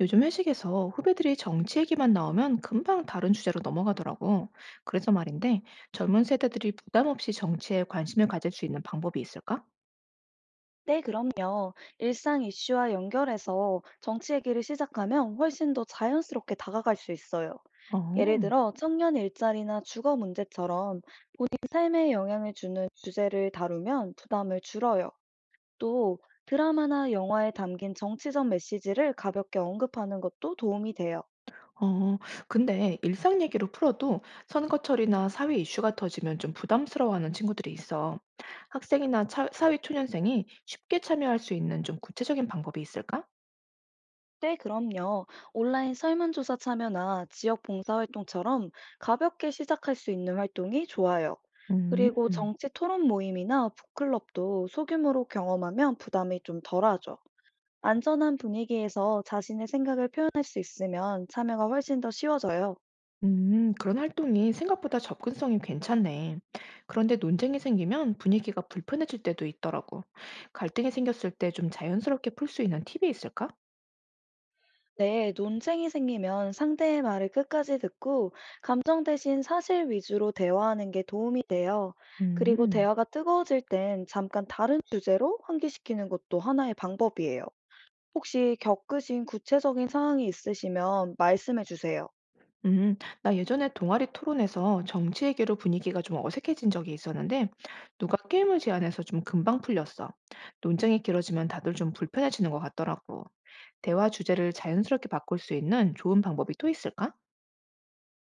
요즘 회식에서 후배들이 정치 얘기만 나오면 금방 다른 주제로 넘어가더라고. 그래서 말인데, 젊은 세대들이 부담 없이 정치에 관심을 가질 수 있는 방법이 있을까? 네, 그럼요. 일상 이슈와 연결해서 정치 얘기를 시작하면 훨씬 더 자연스럽게 다가갈 수 있어요. 예를 어, 들어, 청년 일자리나 주거 문제처럼 본인 삶에 영향을 주는 주제를 다루면 부담을 줄어요. 또 드라마나 영화에 담긴 정치적 메시지를 가볍게 언급하는 것도 도움이 돼요. 어, 근데 일상 얘기로 풀어도 선거철이나 사회 이슈가 터지면 좀 부담스러워하는 친구들이 있어. 학생이나 사회 초년생이 쉽게 참여할 수 있는 좀 구체적인 방법이 있을까? 네, 그럼요. 온라인 설문조사 참여나 지역 봉사활동처럼 가볍게 시작할 수 있는 활동이 좋아요. 그리고 음. 정치 토론 모임이나 북클럽도 소규모로 경험하면 부담이 좀 덜하죠. 안전한 분위기에서 자신의 생각을 표현할 수 있으면 참여가 훨씬 더 쉬워져요. 그런 활동이 생각보다 접근성이 괜찮네. 그런데 논쟁이 생기면 분위기가 불편해질 때도 있더라고. 갈등이 생겼을 때 좀 자연스럽게 풀 수 있는 팁이 있을까? 네, 논쟁이 생기면 상대의 말을 끝까지 듣고 감정 대신 사실 위주로 대화하는 게 도움이 돼요. 그리고 음, 대화가 뜨거워질 땐 잠깐 다른 주제로 환기시키는 것도 하나의 방법이에요. 혹시 겪으신 구체적인 상황이 있으시면 말씀해 주세요. 음, 나 예전에 동아리 토론에서 정치 얘기로 분위기가 좀 어색해진 적이 있었는데, 누가 게임을 제안해서 좀 금방 풀렸어. 논쟁이 길어지면 다들 좀 불편해지는 것 같더라고. 대화 주제를 자연스럽게 바꿀 수 있는 좋은 방법이 또 있을까?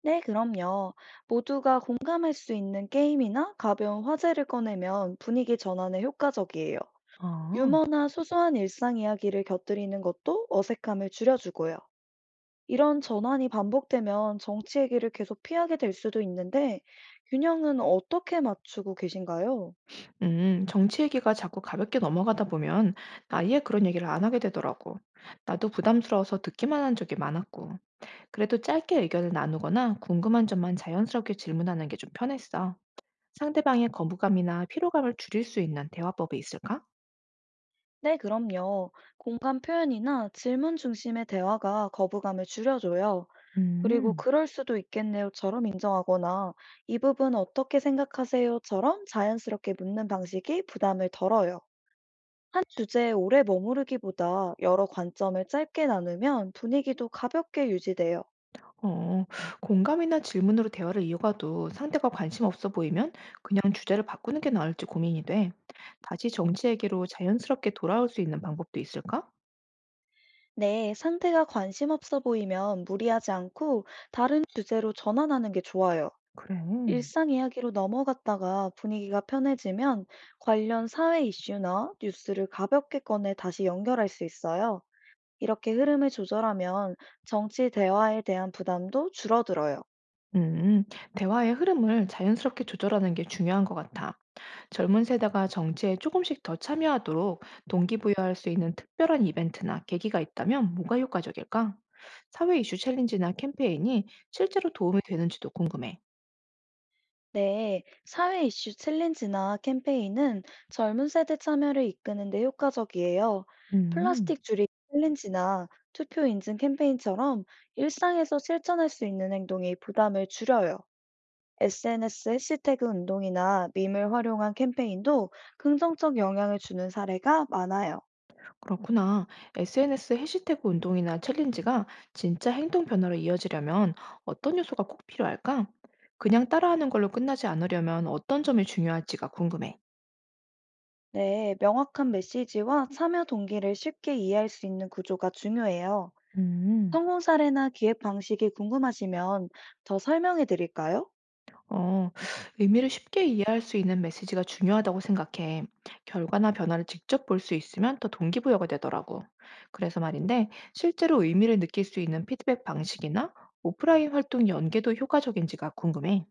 네, 그럼요. 모두가 공감할 수 있는 게임이나 가벼운 화제를 꺼내면 분위기 전환에 효과적이에요. 어. 유머나 소소한 일상 이야기를 곁들이는 것도 어색함을 줄여주고요. 이런 전환이 반복되면 정치 얘기를 계속 피하게 될 수도 있는데, 균형은 어떻게 맞추고 계신가요? 정치 얘기가 자꾸 가볍게 넘어가다 보면 아예 그런 얘기를 안 하게 되더라고. 나도 부담스러워서 듣기만 한 적이 많았고. 그래도 짧게 의견을 나누거나 궁금한 점만 자연스럽게 질문하는 게 좀 편했어. 상대방의 거부감이나 피로감을 줄일 수 있는 대화법이 있을까? 네, 그럼요. 공감 표현이나 질문 중심의 대화가 거부감을 줄여줘요. 그리고 음, 그럴 수도 있겠네요처럼 인정하거나 이 부분 어떻게 생각하세요처럼 자연스럽게 묻는 방식이 부담을 덜어요. 한 주제에 오래 머무르기보다 여러 관점을 짧게 나누면 분위기도 가볍게 유지돼요. 어, 공감이나 질문으로 대화를 이어가도 상대가 관심 없어 보이면 그냥 주제를 바꾸는 게 나을지 고민이 돼. 다시 정치 얘기로 자연스럽게 돌아올 수 있는 방법도 있을까? 네, 상대가 관심 없어 보이면 무리하지 않고 다른 주제로 전환하는 게 좋아요. 그래. 일상 이야기로 넘어갔다가 분위기가 편해지면 관련 사회 이슈나 뉴스를 가볍게 꺼내 다시 연결할 수 있어요. 이렇게 흐름을 조절하면 정치 대화에 대한 부담도 줄어들어요. 음, 대화의 흐름을 자연스럽게 조절하는 게 중요한 것 같아. 젊은 세대가 정치에 조금씩 더 참여하도록 동기부여할 수 있는 특별한 이벤트나 계기가 있다면 뭐가 효과적일까? 사회 이슈 챌린지나 캠페인이 실제로 도움이 되는지도 궁금해. 네, 사회 이슈 챌린지나 캠페인은 젊은 세대 참여를 이끄는 데 효과적이에요. 음, 플라스틱 줄이기 챌린지나 투표 인증 캠페인처럼 일상에서 실천할 수 있는 행동이 부담을 줄여요. SNS 해시태그 운동이나 밈을 활용한 캠페인도 긍정적 영향을 주는 사례가 많아요. 그렇구나. SNS 해시태그 운동이나 챌린지가 진짜 행동 변화로 이어지려면 어떤 요소가 꼭 필요할까? 그냥 따라하는 걸로 끝나지 않으려면 어떤 점이 중요할지가 궁금해. 네, 명확한 메시지와 참여 동기를 쉽게 이해할 수 있는 구조가 중요해요. 음. 성공 사례나 기획 방식이 궁금하시면 더 설명해 드릴까요? 어, 의미를 쉽게 이해할 수 있는 메시지가 중요하다고 생각해. 결과나 변화를 직접 볼 수 있으면 더 동기부여가 되더라고. 그래서 말인데, 실제로 의미를 느낄 수 있는 피드백 방식이나 오프라인 활동 연계도 효과적인지가 궁금해.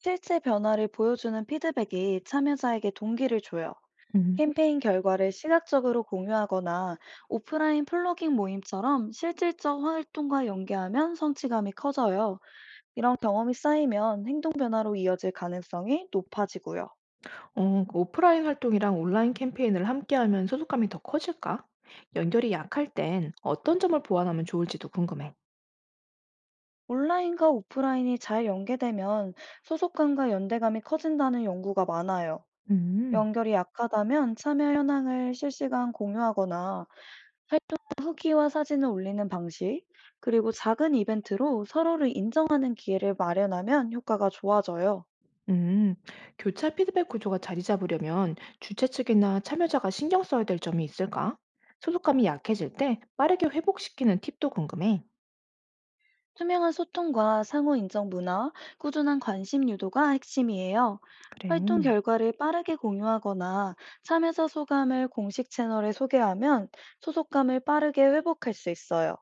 실제 변화를 보여주는 피드백이 참여자에게 동기를 줘요. 음. 캠페인 결과를 시각적으로 공유하거나 오프라인 플로깅 모임처럼 실질적 활동과 연계하면 성취감이 커져요. 이런 경험이 쌓이면 행동 변화로 이어질 가능성이 높아지고요. 그 오프라인 활동이랑 온라인 캠페인을 함께하면 소속감이 더 커질까? 연결이 약할 땐 어떤 점을 보완하면 좋을지도 궁금해. 온라인과 오프라인이 잘 연계되면 소속감과 연대감이 커진다는 연구가 많아요. 음. 연결이 약하다면 참여 현황을 실시간 공유하거나 활동 후기와 사진을 올리는 방식, 그리고 작은 이벤트로 서로를 인정하는 기회를 마련하면 효과가 좋아져요. 음, 교차 피드백 구조가 자리 잡으려면 주최 측이나 참여자가 신경 써야 될 점이 있을까? 소속감이 약해질 때 빠르게 회복시키는 팁도 궁금해. 투명한 소통과 상호 인정 문화, 꾸준한 관심 유도가 핵심이에요. 그래. 활동 결과를 빠르게 공유하거나 참여자 소감을 공식 채널에 소개하면 소속감을 빠르게 회복할 수 있어요.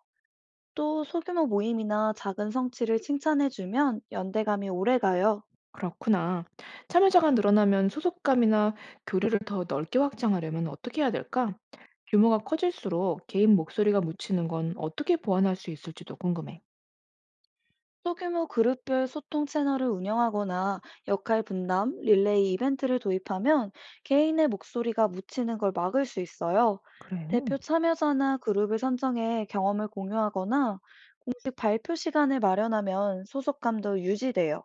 또 소규모 모임이나 작은 성취를 칭찬해주면 연대감이 오래 가요. 그렇구나. 참여자가 늘어나면 소속감이나 교류를 더 넓게 확장하려면 어떻게 해야 될까? 규모가 커질수록 개인 목소리가 묻히는 건 어떻게 보완할 수 있을지도 궁금해. 소규모 그룹별 소통 채널을 운영하거나 역할 분담, 릴레이 이벤트를 도입하면 개인의 목소리가 묻히는 걸 막을 수 있어요. 그래. 대표 참여자나 그룹을 선정해 경험을 공유하거나 공식 발표 시간을 마련하면 소속감도 유지돼요.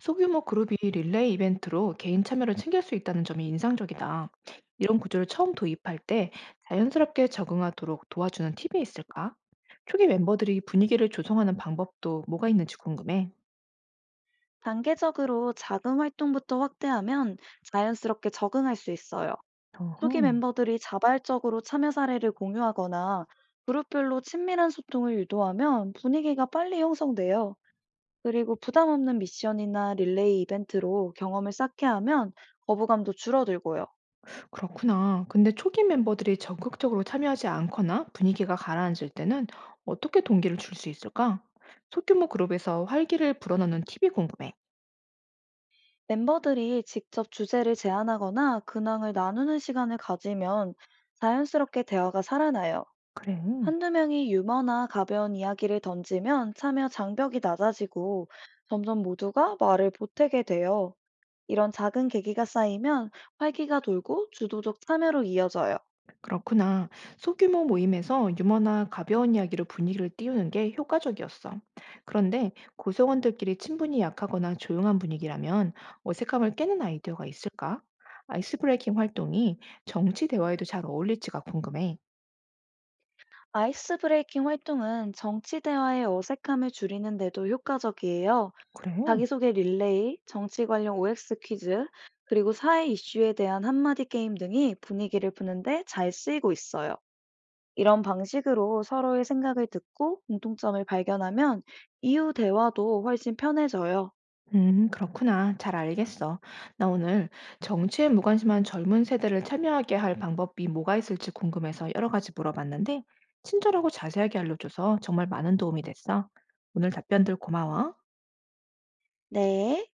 소규모 그룹이 릴레이 이벤트로 개인 참여를 챙길 수 있다는 점이 인상적이다. 이런 구조를 처음 도입할 때 자연스럽게 적응하도록 도와주는 팁이 있을까? 초기 멤버들이 분위기를 조성하는 방법도 뭐가 있는지 궁금해. 단계적으로 작은 활동부터 확대하면 자연스럽게 적응할 수 있어요. 어허, 초기 멤버들이 자발적으로 참여 사례를 공유하거나 그룹별로 친밀한 소통을 유도하면 분위기가 빨리 형성돼요. 그리고 부담 없는 미션이나 릴레이 이벤트로 경험을 쌓게 하면 거부감도 줄어들고요. 그렇구나. 근데 초기 멤버들이 적극적으로 참여하지 않거나 분위기가 가라앉을 때는 어떻게 동기를 줄 수 있을까? 소규모 그룹에서 활기를 불어넣는 팁이 궁금해. 멤버들이 직접 주제를 제안하거나 근황을 나누는 시간을 가지면 자연스럽게 대화가 살아나요. 그래. 한두 명이 유머나 가벼운 이야기를 던지면 참여 장벽이 낮아지고 점점 모두가 말을 보태게 돼요. 이런 작은 계기가 쌓이면 활기가 돌고 주도적 참여로 이어져요. 그렇구나. 소규모 모임에서 유머나 가벼운 이야기로 분위기를 띄우는 게 효과적이었어. 그런데 구성원들끼리 친분이 약하거나 조용한 분위기라면 어색함을 깨는 아이디어가 있을까? 아이스 브레이킹 활동이 정치 대화에도 잘 어울릴지가 궁금해. 아이스 브레이킹 활동은 정치 대화의 어색함을 줄이는데도 효과적이에요. 그래? 자기소개 릴레이, 정치 관련 OX 퀴즈, 그리고 사회 이슈에 대한 한마디 게임 등이 분위기를 푸는데 잘 쓰이고 있어요. 이런 방식으로 서로의 생각을 듣고 공통점을 발견하면 이후 대화도 훨씬 편해져요. 그렇구나. 잘 알겠어. 나 오늘 정치에 무관심한 젊은 세대를 참여하게 할 방법이 뭐가 있을지 궁금해서 여러 가지 물어봤는데, 친절하고 자세하게 알려줘서 정말 많은 도움이 됐어. 오늘 답변들 고마워. 네.